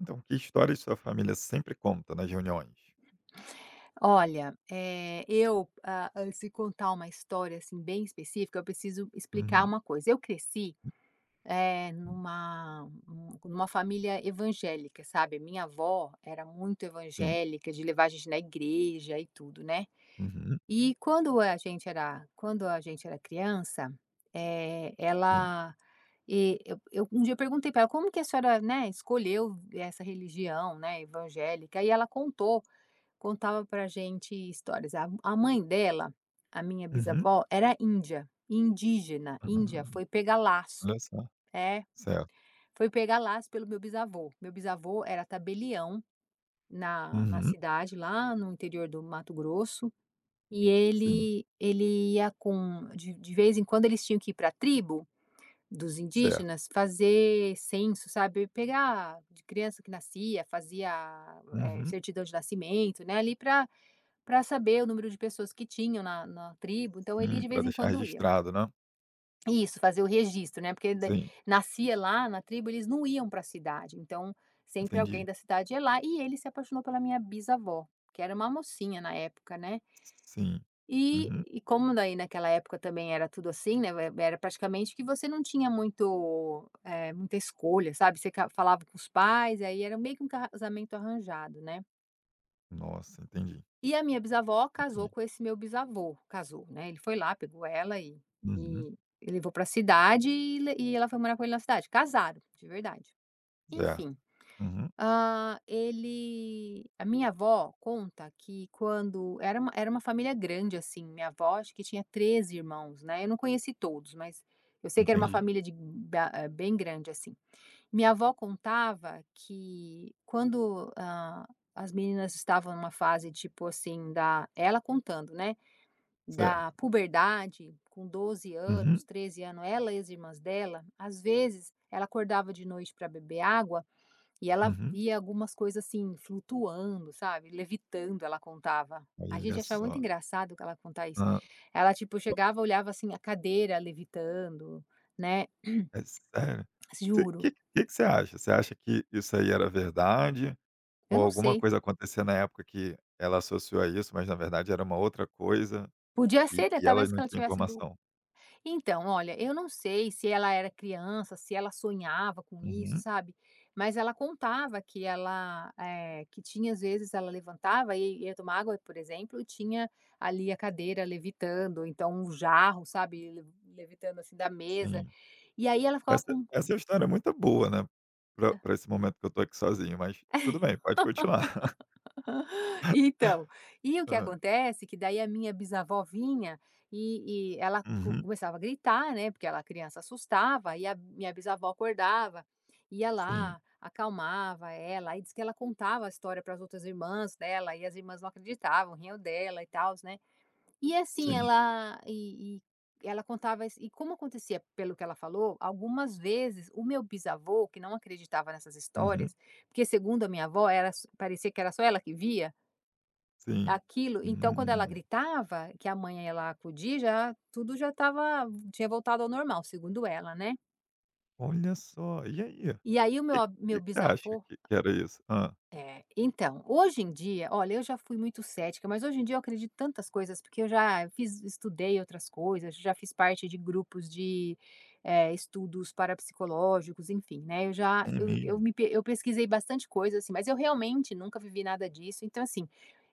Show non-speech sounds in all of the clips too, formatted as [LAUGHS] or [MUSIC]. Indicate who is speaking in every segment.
Speaker 1: Então, que história de sua família sempre conta nas reuniões?
Speaker 2: Olha, se contar uma história, assim, bem específica, eu preciso explicar
Speaker 1: Uhum.
Speaker 2: uma coisa. Eu cresci, numa família evangélica, sabe. Minha avó era muito
Speaker 1: Sim.
Speaker 2: evangélica, de levar a gente na igreja e tudo, né.
Speaker 1: Uhum.
Speaker 2: E quando a gente era criança, eh,
Speaker 1: Sim.
Speaker 2: ela e eu um dia eu perguntei para ela: "Como que a senhora, né, escolheu essa religião, né, evangélica?" E ela contou Contava pra gente histórias. A mãe dela, a minha
Speaker 1: Uhum.
Speaker 2: bisavó, era índia, indígena, índia,
Speaker 1: Ah,
Speaker 2: foi pegar laço.
Speaker 1: olha só.
Speaker 2: É,
Speaker 1: Certo.
Speaker 2: foi pegar laço pelo meu bisavô. Meu bisavô era tabelião na
Speaker 1: Uhum.
Speaker 2: cidade, lá no interior do Mato Grosso, e
Speaker 1: Sim.
Speaker 2: ele ele ia com de vez em quando eles tinham que ir pra tribo dos
Speaker 1: Certo.
Speaker 2: indígenas fazer censo, sabe, pegar de criança que nascia, fazia,
Speaker 1: Uhum.
Speaker 2: certidão de nascimento, né, ali pra para saber o número de pessoas que tinham na tribo, então ele
Speaker 1: Sim,
Speaker 2: de
Speaker 1: para
Speaker 2: vez em
Speaker 1: deixar
Speaker 2: quando ia.
Speaker 1: registrado, né.
Speaker 2: Isso, fazer o registro, né, porque da
Speaker 1: Sim,
Speaker 2: nascia lá na tribo, eles não iam para a cidade, então sempre alguém
Speaker 1: entendi.
Speaker 2: da cidade ia lá e ele se apaixonou pela minha bisavó, que era uma mocinha na época, né.
Speaker 1: Sim.
Speaker 2: E
Speaker 1: Uhum.
Speaker 2: e como daí naquela época também era tudo assim, né, era praticamente que você não tinha muita escolha, sabe, você ca falava com os pais, aí era meio que um casamento arranjado, né.
Speaker 1: Nossa, entendi,
Speaker 2: E a minha bisavó casou
Speaker 1: entendi.
Speaker 2: com esse meu bisavô, casou, né, ele foi lá, pegou ela
Speaker 1: Uhum.
Speaker 2: e levou para a cidade e ela foi morar com ele na cidade, casaram, de verdade.
Speaker 1: Certo.
Speaker 2: Enfim,
Speaker 1: Uhum.
Speaker 2: hã, ele a minha avó conta que quando era uma família grande, assim, minha avó acho que tinha 13 irmãos, né, eu não conheci todos, mas eu sei que era uma
Speaker 1: Entendi.
Speaker 2: família bem grande, assim. Minha avó contava que quando, as meninas estavam numa fase, tipo assim, da ela contando, né,
Speaker 1: Certo.
Speaker 2: da puberdade, com doze
Speaker 1: Uhum.
Speaker 2: anos, 13 anos, ela e as irmãs dela, às vezes, ela acordava de noite para beber água e ela
Speaker 1: Uhum.
Speaker 2: via algumas coisas, assim, flutuando, sabe, levitando, ela contava. A gente
Speaker 1: Olha
Speaker 2: achava muito
Speaker 1: só.
Speaker 2: engraçado que ela contar isso.
Speaker 1: Hã.
Speaker 2: Ela, tipo, chegava, olhava, assim, a cadeira levitando, né. [CLEARS THROAT]
Speaker 1: É sério? Você
Speaker 2: Juro,
Speaker 1: que você acha? Você acha que isso aí era verdade?
Speaker 2: eu
Speaker 1: Ou
Speaker 2: não
Speaker 1: alguma
Speaker 2: sei.
Speaker 1: coisa acontecer na época que ela associou a isso, mas na verdade era uma outra coisa
Speaker 2: Podia
Speaker 1: e
Speaker 2: ser, né,
Speaker 1: e ela
Speaker 2: talvez que
Speaker 1: não
Speaker 2: ela
Speaker 1: tinha
Speaker 2: tivesse do
Speaker 1: informação.
Speaker 2: então, olha, eu não sei se ela era criança, se ela sonhava com isso,
Speaker 1: Uhum,
Speaker 2: sabe, mas ela contava que ela, eh, que tinha às vezes ela levantava e ia tomar água, por exemplo, e tinha ali a cadeira levitando, ou então um jarro, sabe, le levitando assim da mesa,
Speaker 1: sim.
Speaker 2: e aí ela ficava
Speaker 1: Essa
Speaker 2: com
Speaker 1: essa história é muito boa, né, pra esse momento que eu tô aqui sozinho, mas tudo bem, pode continuar. [LAUGHS]
Speaker 2: [LAUGHS] Então, e o que
Speaker 1: Hã.
Speaker 2: acontece que daí a minha bisavó vinha ela
Speaker 1: Uhum.
Speaker 2: começava a gritar, né? Porque ela a criança assustava e a minha bisavó acordava, ia
Speaker 1: Sim,
Speaker 2: lá, acalmava ela e diz que ela contava a história para as outras irmãs dela e as irmãs não acreditavam, riam dela e tal, né? E assim
Speaker 1: sim.
Speaker 2: ela contava isso, e como acontecia, pelo que ela falou, algumas vezes o meu bisavô que não acreditava nessas
Speaker 1: Uhum.
Speaker 2: histórias, porque segundo a minha avó era parecia que era só ela que via
Speaker 1: Sim.
Speaker 2: aquilo, então quando ela
Speaker 1: Hum.
Speaker 2: gritava, que a mãe ia lá acudir, já tudo já estava tinha voltado ao normal, segundo ela, né.
Speaker 1: Olha só, e aí? O
Speaker 2: E aí o meu
Speaker 1: Que
Speaker 2: a meu
Speaker 1: que que você
Speaker 2: bisavô.
Speaker 1: acha que era isso? Ah,
Speaker 2: É, então, hoje em dia, olha, eu já fui muito cética, mas hoje em dia eu acredito em tantas coisas, porque eu já fiz, estudei outras coisas, já fiz parte de grupos de estudos parapsicológicos, enfim, né? Eu já,
Speaker 1: é
Speaker 2: eu,
Speaker 1: mesmo?
Speaker 2: me, pe- eu pesquisei bastante coisa, assim, mas eu realmente nunca vivi nada disso. Então, assim,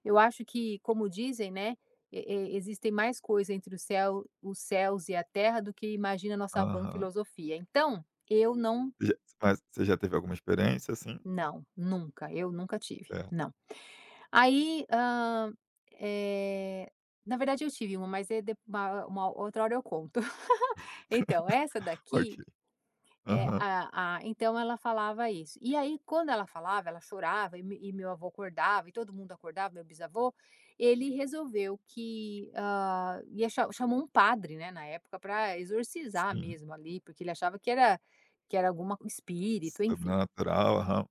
Speaker 2: eu acho que, como dizem, né, existem mais coisas entre o céu, os céus e a terra do que imagina a nossa vã
Speaker 1: Aham.
Speaker 2: filosofia. Então, eu não,
Speaker 1: Já mas você já teve alguma experiência assim?
Speaker 2: não, nunca, eu nunca tive,
Speaker 1: É.
Speaker 2: não. Aí, eh, na verdade eu tive uma, mas é de uma outra hora eu conto. [LAUGHS] Então,
Speaker 1: [LAUGHS]
Speaker 2: essa
Speaker 1: Ok.
Speaker 2: daqui, eh,
Speaker 1: Aham.
Speaker 2: a então ela falava isso. E aí quando ela falava, ela chorava e me e meu avô acordava e todo mundo acordava, meu bisavô, ele resolveu que, hã, ia cha chamou um padre, né, na época para exorcizar
Speaker 1: Sim.
Speaker 2: mesmo ali, porque ele achava que era algum espírito, enfim.
Speaker 1: Sobrenatural, aham.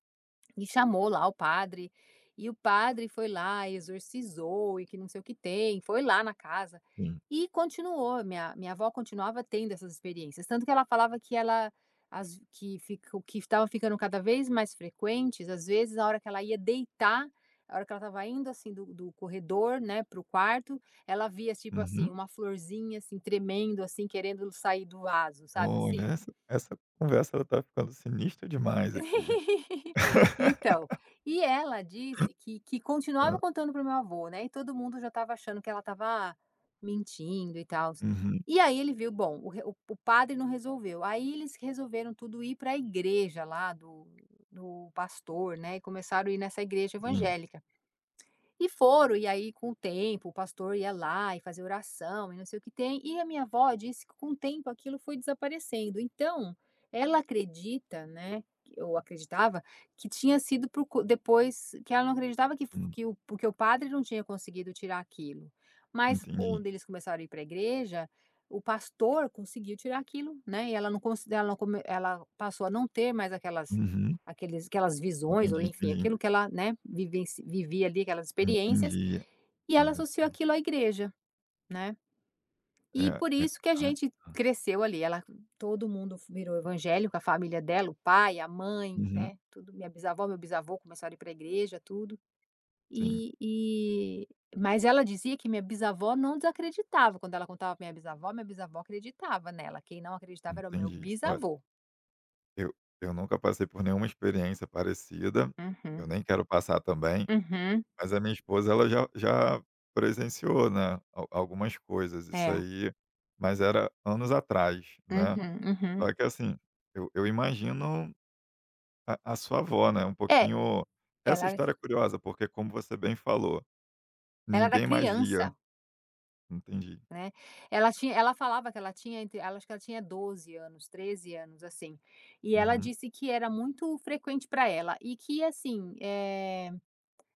Speaker 2: E chamou lá o padre, e o padre foi lá, exorcizou e que não sei o que tem, foi lá na casa
Speaker 1: Sim.
Speaker 2: e continuou. Minha avó continuava tendo essas experiências, tanto que ela falava que ela as que fica o que estava ficando cada vez mais frequentes, às vezes, a hora que ela ia deitar, a hora que ela estava indo, assim, do corredor, né, para o quarto, ela via, tipo assim,
Speaker 1: Uhum.
Speaker 2: uma florzinha, assim, tremendo, assim, querendo sair do vaso, sabe,
Speaker 1: Olha,
Speaker 2: assim?
Speaker 1: essa conversa ela tá ficando sinistra demais aqui.
Speaker 2: [LAUGHS] Então,
Speaker 1: [LAUGHS]
Speaker 2: e ela disse que continuava
Speaker 1: Hã.
Speaker 2: contando para o meu avô, né, e todo mundo já estava achando que ela estava mentindo e tal.
Speaker 1: Uhum.
Speaker 2: E aí ele viu, bom, o re o padre não resolveu, aí eles resolveram tudo ir para a igreja lá do pastor, né, e começaram a ir nessa igreja
Speaker 1: Sim,
Speaker 2: evangélica. E foram, e aí com o tempo o pastor ia lá e fazia oração e não sei o que tem. E a minha avó disse que com o tempo aquilo foi desaparecendo. Então, ela acredita, né, ou acreditava, que tinha sido depois, que ela não acreditava que,
Speaker 1: sim.
Speaker 2: porque o padre não tinha conseguido tirar aquilo. Mas
Speaker 1: Entendi.
Speaker 2: quando eles começaram a ir para a igreja, o pastor conseguiu tirar aquilo, né? E ela não, cons- ela, não come- ela passou a não ter mais aquelas
Speaker 1: Uhum.
Speaker 2: aqueles aquelas visões ou
Speaker 1: Entendi,
Speaker 2: enfim,
Speaker 1: entendi.
Speaker 2: aquilo que ela, né, vivenci vivia ali, aquelas experiências,
Speaker 1: Entendi.
Speaker 2: e ela
Speaker 1: Olha
Speaker 2: associou
Speaker 1: só.
Speaker 2: aquilo à igreja, né.
Speaker 1: É,
Speaker 2: E por
Speaker 1: é,
Speaker 2: isso que a
Speaker 1: ai,
Speaker 2: gente
Speaker 1: hã.
Speaker 2: cresceu ali, ela todo mundo virou evangélico, a família dela, o pai, a mãe,
Speaker 1: Uhum.
Speaker 2: né, tudo minha bisavó, meu bisavô começaram a ir para a igreja, tudo.
Speaker 1: Sim,
Speaker 2: E e mas ela dizia que minha bisavó não desacreditava, quando ela contava pra minha bisavó acreditava nela, quem não acreditava era o meu
Speaker 1: entendi. Olha,
Speaker 2: bisavô.
Speaker 1: eu eu nunca passei por nenhuma experiência parecida,
Speaker 2: Uhum,
Speaker 1: eu nem quero passar também.
Speaker 2: uhum.
Speaker 1: Mas a minha esposa, ela já presenciou, né, al algumas coisas, isso
Speaker 2: É.
Speaker 1: aí, mas era anos atrás, né.
Speaker 2: Uhum, uhum.
Speaker 1: Só que assim, eu imagino a sua avó, né, um
Speaker 2: É.
Speaker 1: pouquinho. Essa
Speaker 2: ela
Speaker 1: história é curiosa, porque como você bem falou,
Speaker 2: Ela era
Speaker 1: ninguém mais via.
Speaker 2: criança,
Speaker 1: Entendi.
Speaker 2: né. Ela tinha ela falava que ela tinha entre ela acho que ela tinha 12 anos, 13 anos, assim. E ela
Speaker 1: Uhum.
Speaker 2: disse que era muito frequente para ela e que, assim, eh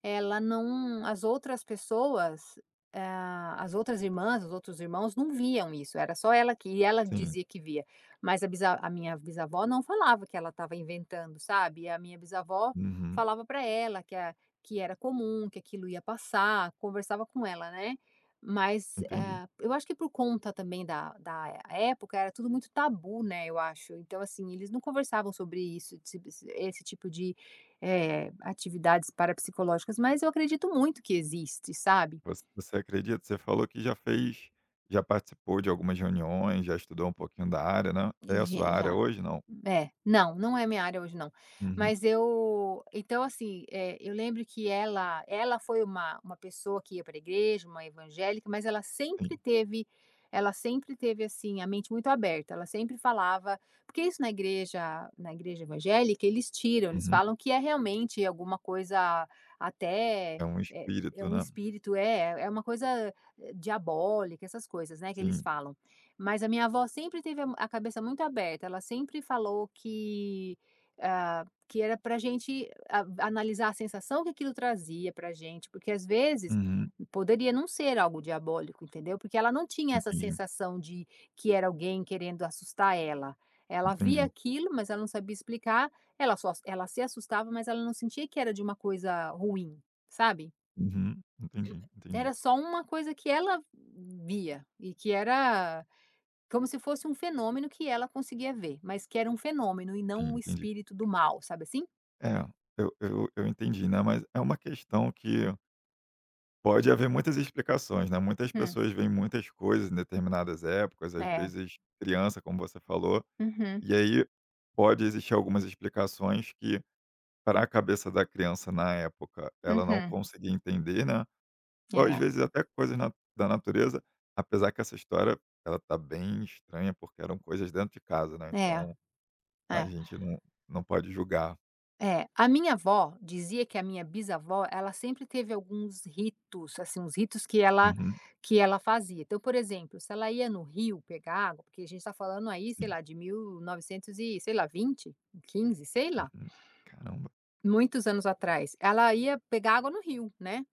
Speaker 2: ela não as outras pessoas, as outras irmãs, os outros irmãos não viam isso, era só ela que e ela
Speaker 1: Sim.
Speaker 2: dizia que via, mas a minha bisavó não falava que ela estava inventando, sabe, e a minha bisavó
Speaker 1: Uhum.
Speaker 2: falava para ela que a que era comum, que aquilo ia passar, conversava com ela, né. Mas,
Speaker 1: Entendi.
Speaker 2: eu acho que por conta também da época era tudo muito tabu, né, eu acho. Então, assim, eles não conversavam sobre isso, esse tipo de atividades parapsicológicas, mas eu acredito muito que existe, sabe.
Speaker 1: Você acredita? Você falou que já participou de algumas reuniões, já estudou um pouquinho da área, né. É a sua
Speaker 2: Je
Speaker 1: área
Speaker 2: já.
Speaker 1: hoje? Não?
Speaker 2: É, não, não é minha área hoje não.
Speaker 1: Uhum.
Speaker 2: Mas eu então assim, eu lembro que ela foi uma pessoa que ia pra igreja, uma evangélica, mas ela sempre
Speaker 1: Sim.
Speaker 2: teve ela sempre teve, assim, a mente muito aberta, ela sempre falava porque isso na igreja evangélica eles tiram, eles
Speaker 1: Uhum.
Speaker 2: falam que é realmente alguma coisa até,
Speaker 1: É um
Speaker 2: é
Speaker 1: espírito,
Speaker 2: um
Speaker 1: né.
Speaker 2: espírito, é uma coisa diabólica, essas coisas, né, que eles
Speaker 1: Sim.
Speaker 2: falam. Mas a minha avó sempre teve a cabeça muito aberta, ela sempre falou que, que era pra gente a analisar a sensação que aquilo trazia pra gente, porque às vezes
Speaker 1: Uhum.
Speaker 2: poderia não ser algo diabólico, entendeu? Porque ela não tinha essa
Speaker 1: Entendi,
Speaker 2: sensação de que era alguém querendo assustar ela. Ela via
Speaker 1: entendi.
Speaker 2: aquilo, mas ela não sabia explicar, ela só, ela se assustava, mas ela não sentia que era de uma coisa ruim, sabe?
Speaker 1: Uhum. Entendi, entendi.
Speaker 2: Era só uma coisa que ela via e que era como se fosse um fenômeno que ela conseguia ver, mas que era um fenômeno e não
Speaker 1: Sim,
Speaker 2: um
Speaker 1: entendi.
Speaker 2: espírito do mal, sabe assim?
Speaker 1: É, eu entendi, né, mas é uma questão que pode haver muitas explicações, né. Muitas
Speaker 2: Uhum.
Speaker 1: pessoas veem muitas coisas em determinadas épocas, às
Speaker 2: É.
Speaker 1: vezes criança, como você falou,
Speaker 2: Uhum.
Speaker 1: e aí pode existir algumas explicações que para a cabeça da criança na época, ela não
Speaker 2: Uhum.
Speaker 1: conseguia entender, né. Ou às
Speaker 2: É.
Speaker 1: vezes até coisas na da natureza, apesar que essa história, ela tá bem estranha, porque eram coisas dentro de casa, né,
Speaker 2: É.
Speaker 1: então a
Speaker 2: É.
Speaker 1: gente não pode julgar.
Speaker 2: É. A minha avó dizia que a minha bisavó, ela sempre teve alguns ritos, assim, uns ritos que ela
Speaker 1: Uhum,
Speaker 2: que ela fazia. Então, por exemplo, se ela ia no rio pegar água, porque a gente está falando aí, sei
Speaker 1: sim.
Speaker 2: lá, de 1900 e, novecentos e, sei lá, 20, 15, sei lá,
Speaker 1: Uhum. Caramba.
Speaker 2: muitos anos atrás, ela ia pegar água no rio, né?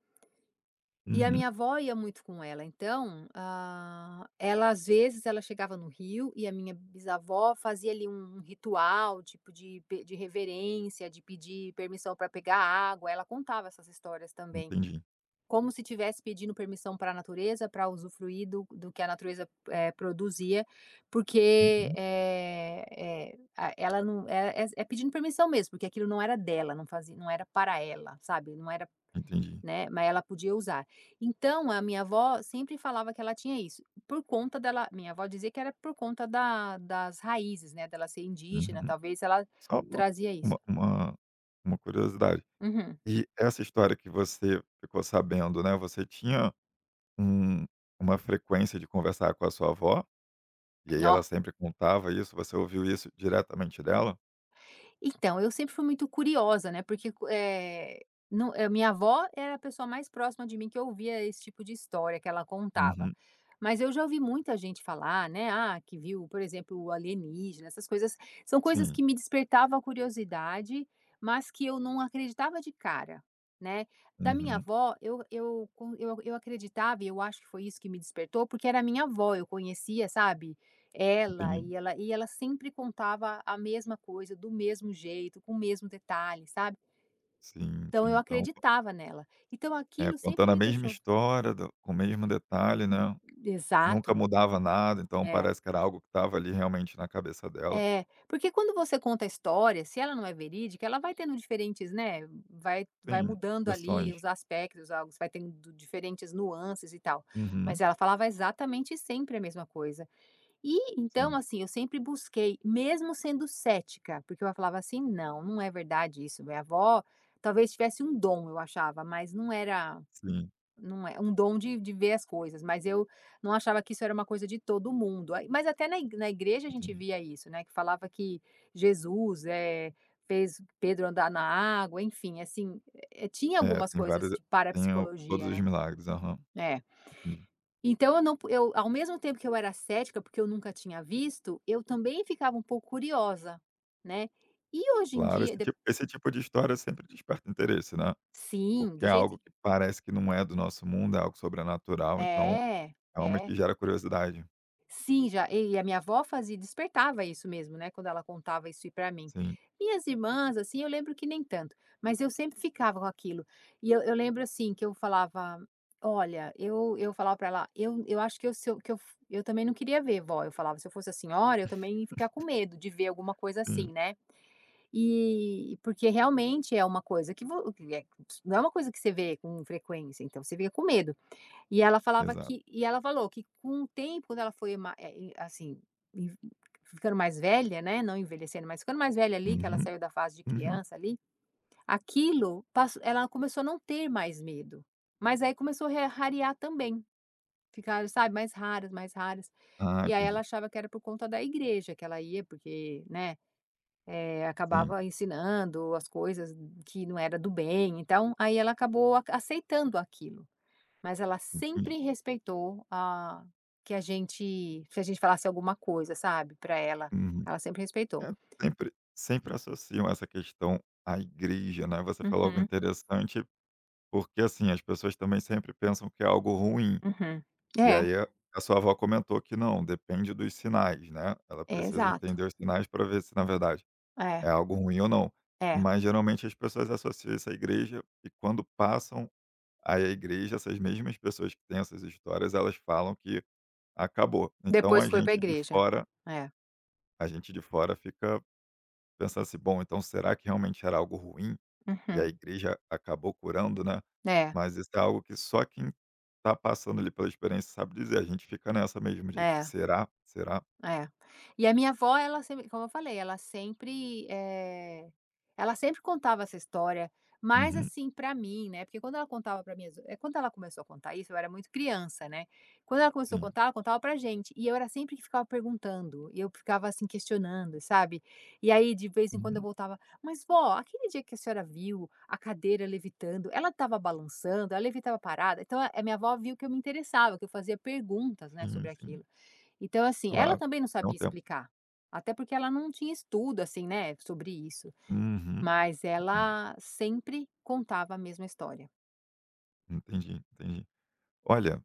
Speaker 2: E a
Speaker 1: Uhum,
Speaker 2: minha avó ia muito com ela, então, ela às vezes ela chegava no Rio e a minha bisavó fazia ali um ritual, tipo de pe de reverência, de pedir permissão para pegar água, ela contava essas histórias também,
Speaker 1: entendi.
Speaker 2: como se tivesse pedindo permissão para a natureza para usufruir do que a natureza, produzia, porque,
Speaker 1: Uhum,
Speaker 2: a ela não é pedindo permissão mesmo, porque aquilo não era dela, não era para ela, sabe, não era
Speaker 1: entendi.
Speaker 2: né, mas ela podia usar. Então, a minha avó sempre falava que ela tinha isso, por conta dela, minha avó dizia que era por conta da das raízes, né, dela ser indígena,
Speaker 1: Uhum.
Speaker 2: talvez ela
Speaker 1: Só
Speaker 2: trazia isso.
Speaker 1: uma uma uma curiosidade.
Speaker 2: Uhum.
Speaker 1: E essa história que você ficou sabendo, né, você tinha um uma frequência de conversar com a sua avó, e aí ela
Speaker 2: Ó,
Speaker 1: sempre contava isso, você ouviu isso diretamente dela?
Speaker 2: então, eu sempre fui muito curiosa, né, porque não eh, minha avó era a pessoa mais próxima de mim que ouvia esse tipo de história que ela contava.
Speaker 1: Uhum,
Speaker 2: Mas eu já ouvi muita gente falar, né, ah, que viu, por exemplo, o alienígena, essas coisas. São coisas
Speaker 1: sim.
Speaker 2: que me despertavam a curiosidade, mas que eu não acreditava de cara, né. Da minha
Speaker 1: Uhum,
Speaker 2: avó, eu acreditava e eu acho que foi isso que me despertou, porque era minha avó, eu conhecia, sabe, ela,
Speaker 1: entendi.
Speaker 2: e ela sempre contava a mesma coisa, do mesmo jeito, com o mesmo detalhe, sabe.
Speaker 1: Sim,
Speaker 2: Então
Speaker 1: sim.
Speaker 2: eu
Speaker 1: Então,
Speaker 2: acreditava nela. Então
Speaker 1: é,
Speaker 2: aquilo sempre
Speaker 1: contando a
Speaker 2: me
Speaker 1: mesma
Speaker 2: deixou
Speaker 1: história, do com o mesmo detalhe,
Speaker 2: hum,
Speaker 1: né, nunca
Speaker 2: exato.
Speaker 1: mudava nada, então
Speaker 2: É,
Speaker 1: parece que era algo que estava ali realmente na cabeça dela.
Speaker 2: é. Porque quando você conta a história, se ela não é verídica, ela vai tendo diferentes, né, vai
Speaker 1: Sim,
Speaker 2: mudando ali
Speaker 1: versões.
Speaker 2: os aspectos, algo vai tendo diferentes nuances e tal. Mas
Speaker 1: Uhum,
Speaker 2: ela falava exatamente sempre a mesma coisa. E então,
Speaker 1: sim,
Speaker 2: assim, eu sempre busquei, mesmo sendo cética, porque eu falava assim: "Não, não é verdade isso". Minha avó talvez tivesse um dom, eu achava, mas não era,
Speaker 1: sim,
Speaker 2: não é um dom de ver as coisas, mas eu não achava que isso era uma coisa de todo mundo. Aí mas até na igreja a gente
Speaker 1: entendi.
Speaker 2: via isso, né, que falava que Jesus, fez Pedro andar na água, enfim, assim, tinha
Speaker 1: É,
Speaker 2: algumas coisas de
Speaker 1: tem o Todos
Speaker 2: parapsicologia,
Speaker 1: os
Speaker 2: né.
Speaker 1: Milagres, aham,
Speaker 2: É.
Speaker 1: entendi.
Speaker 2: Então eu não po eu ao mesmo tempo que eu era cética, porque eu nunca tinha visto, eu também ficava um pouco curiosa, né. E hoje em
Speaker 1: Claro, esse
Speaker 2: dia de
Speaker 1: tipo esse tipo de história sempre desperta interesse, né,
Speaker 2: sim,
Speaker 1: porque
Speaker 2: do
Speaker 1: é
Speaker 2: jeito
Speaker 1: algo que parece que não é do nosso mundo, é algo sobrenatural, então
Speaker 2: é, é.
Speaker 1: realmente gera curiosidade.
Speaker 2: Sim, já. E a minha avó fazia despertava isso mesmo, né, quando ela contava isso para mim.
Speaker 1: Sim,
Speaker 2: Minhas irmãs, assim, eu lembro que nem tanto, mas eu sempre ficava com aquilo. E eu lembro, assim, que eu falava: "Olha", eu falava para ela: "Eu acho que eu se eu que eu f eu também não queria ver, vó". Eu falava: "Se eu fosse a senhora, eu também ia ficar com medo de ver alguma coisa
Speaker 1: sim,
Speaker 2: assim, né". E porque realmente é uma coisa que vo que é não é uma coisa que você vê com frequência, então você fica com medo. E ela falava
Speaker 1: exato.
Speaker 2: que e ela falou que com o tempo, quando ela foi assim, env ficando mais velha, né, não envelhecendo, mas ficando mais velha ali, que ela
Speaker 1: Uhum,
Speaker 2: saiu da fase de
Speaker 1: uhum.
Speaker 2: criança ali, aquilo passo ela começou a não ter mais medo, mas aí começou a re rarear também, ficar, sabe, mais raras, mais raras.
Speaker 1: Ah,
Speaker 2: E aí ela
Speaker 1: entendi.
Speaker 2: achava que era por conta da igreja que ela ia, porque, né,
Speaker 1: Sim,
Speaker 2: acabava ensinando as coisas que não era do bem, então aí ela acabou a aceitando aquilo. Mas ela
Speaker 1: entendi.
Speaker 2: sempre respeitou a, que a gente se a gente falasse alguma coisa, sabe, para ela,
Speaker 1: Uhum.
Speaker 2: ela sempre respeitou.
Speaker 1: É, sempre associam essa questão à igreja, né. Você falou algo
Speaker 2: Uhum,
Speaker 1: interessante, porque, assim, as pessoas também sempre pensam que é algo ruim.
Speaker 2: uhum.
Speaker 1: E
Speaker 2: É,
Speaker 1: aí a sua avó comentou que não, depende dos sinais, né. Ela
Speaker 2: é,
Speaker 1: precisa
Speaker 2: exato.
Speaker 1: entender os sinais para ver se, na verdade, é
Speaker 2: É,
Speaker 1: algo ruim ou não.
Speaker 2: é.
Speaker 1: Mas, geralmente, as pessoas associam isso à igreja e quando passam aí a igreja, essas mesmas pessoas que têm essas histórias, elas falam que acabou. Então a
Speaker 2: Depois foi para a
Speaker 1: gente de
Speaker 2: igreja.
Speaker 1: fora
Speaker 2: É.
Speaker 1: A gente de fora fica pensando assim: "Bom, então será que realmente era algo ruim e a
Speaker 2: Uhum.
Speaker 1: igreja acabou curando, né?"
Speaker 2: É,
Speaker 1: Mas isso é algo que só quem tá passando ali pela experiência sabe dizer. A gente fica nessa mesmo de:
Speaker 2: é.
Speaker 1: "Será? Será?"
Speaker 2: É. E a minha avó, ela sempre, como eu falei, ela sempre, ela sempre contava essa história, mas
Speaker 1: Uhum,
Speaker 2: assim, pra mim, né, porque quando ela contava quando ela começou a contar isso, eu era muito criança, né. Quando ela começou a
Speaker 1: sim.
Speaker 2: contar, ela contava pra gente, e eu era sempre que ficava perguntando, e eu ficava, assim, questionando, sabe. E aí, de vez em quando, eu
Speaker 1: Uhum,
Speaker 2: voltava: "Mas vó, aquele dia que a senhora viu a cadeira levitando, ela estava balançando, ela levitava parada?" Então, a minha avó viu que eu me interessava, que eu fazia perguntas, né, sobre
Speaker 1: sim, sim,
Speaker 2: aquilo. Então, assim, ela
Speaker 1: claro.
Speaker 2: também não
Speaker 1: É um
Speaker 2: sabia
Speaker 1: tempo.
Speaker 2: explicar, até porque ela não tinha estudo, assim, né, sobre isso,
Speaker 1: Uhum,
Speaker 2: mas
Speaker 1: entendi,
Speaker 2: ela sempre contava a mesma história.
Speaker 1: entendi, entendi. Olha,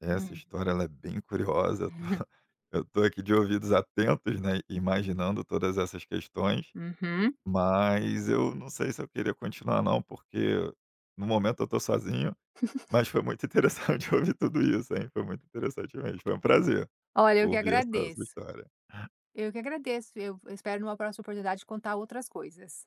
Speaker 1: essa
Speaker 2: Hum.
Speaker 1: história ela é bem curiosa. Eu tô [LAUGHS]
Speaker 2: [LAUGHS]
Speaker 1: eu tô aqui de ouvidos atentos, né, imaginando todas essas questões.
Speaker 2: Uhum.
Speaker 1: Mas eu não sei se eu queria continuar não, porque no momento eu estou sozinho, mas foi muito interessante [LAUGHS] ouvir tudo isso, hein, foi muito interessante mesmo, foi um prazer
Speaker 2: Olha, eu que
Speaker 1: ouvir essa sua
Speaker 2: agradeço.
Speaker 1: história.
Speaker 2: Eu que agradeço. Eu espero numa próxima oportunidade contar outras coisas.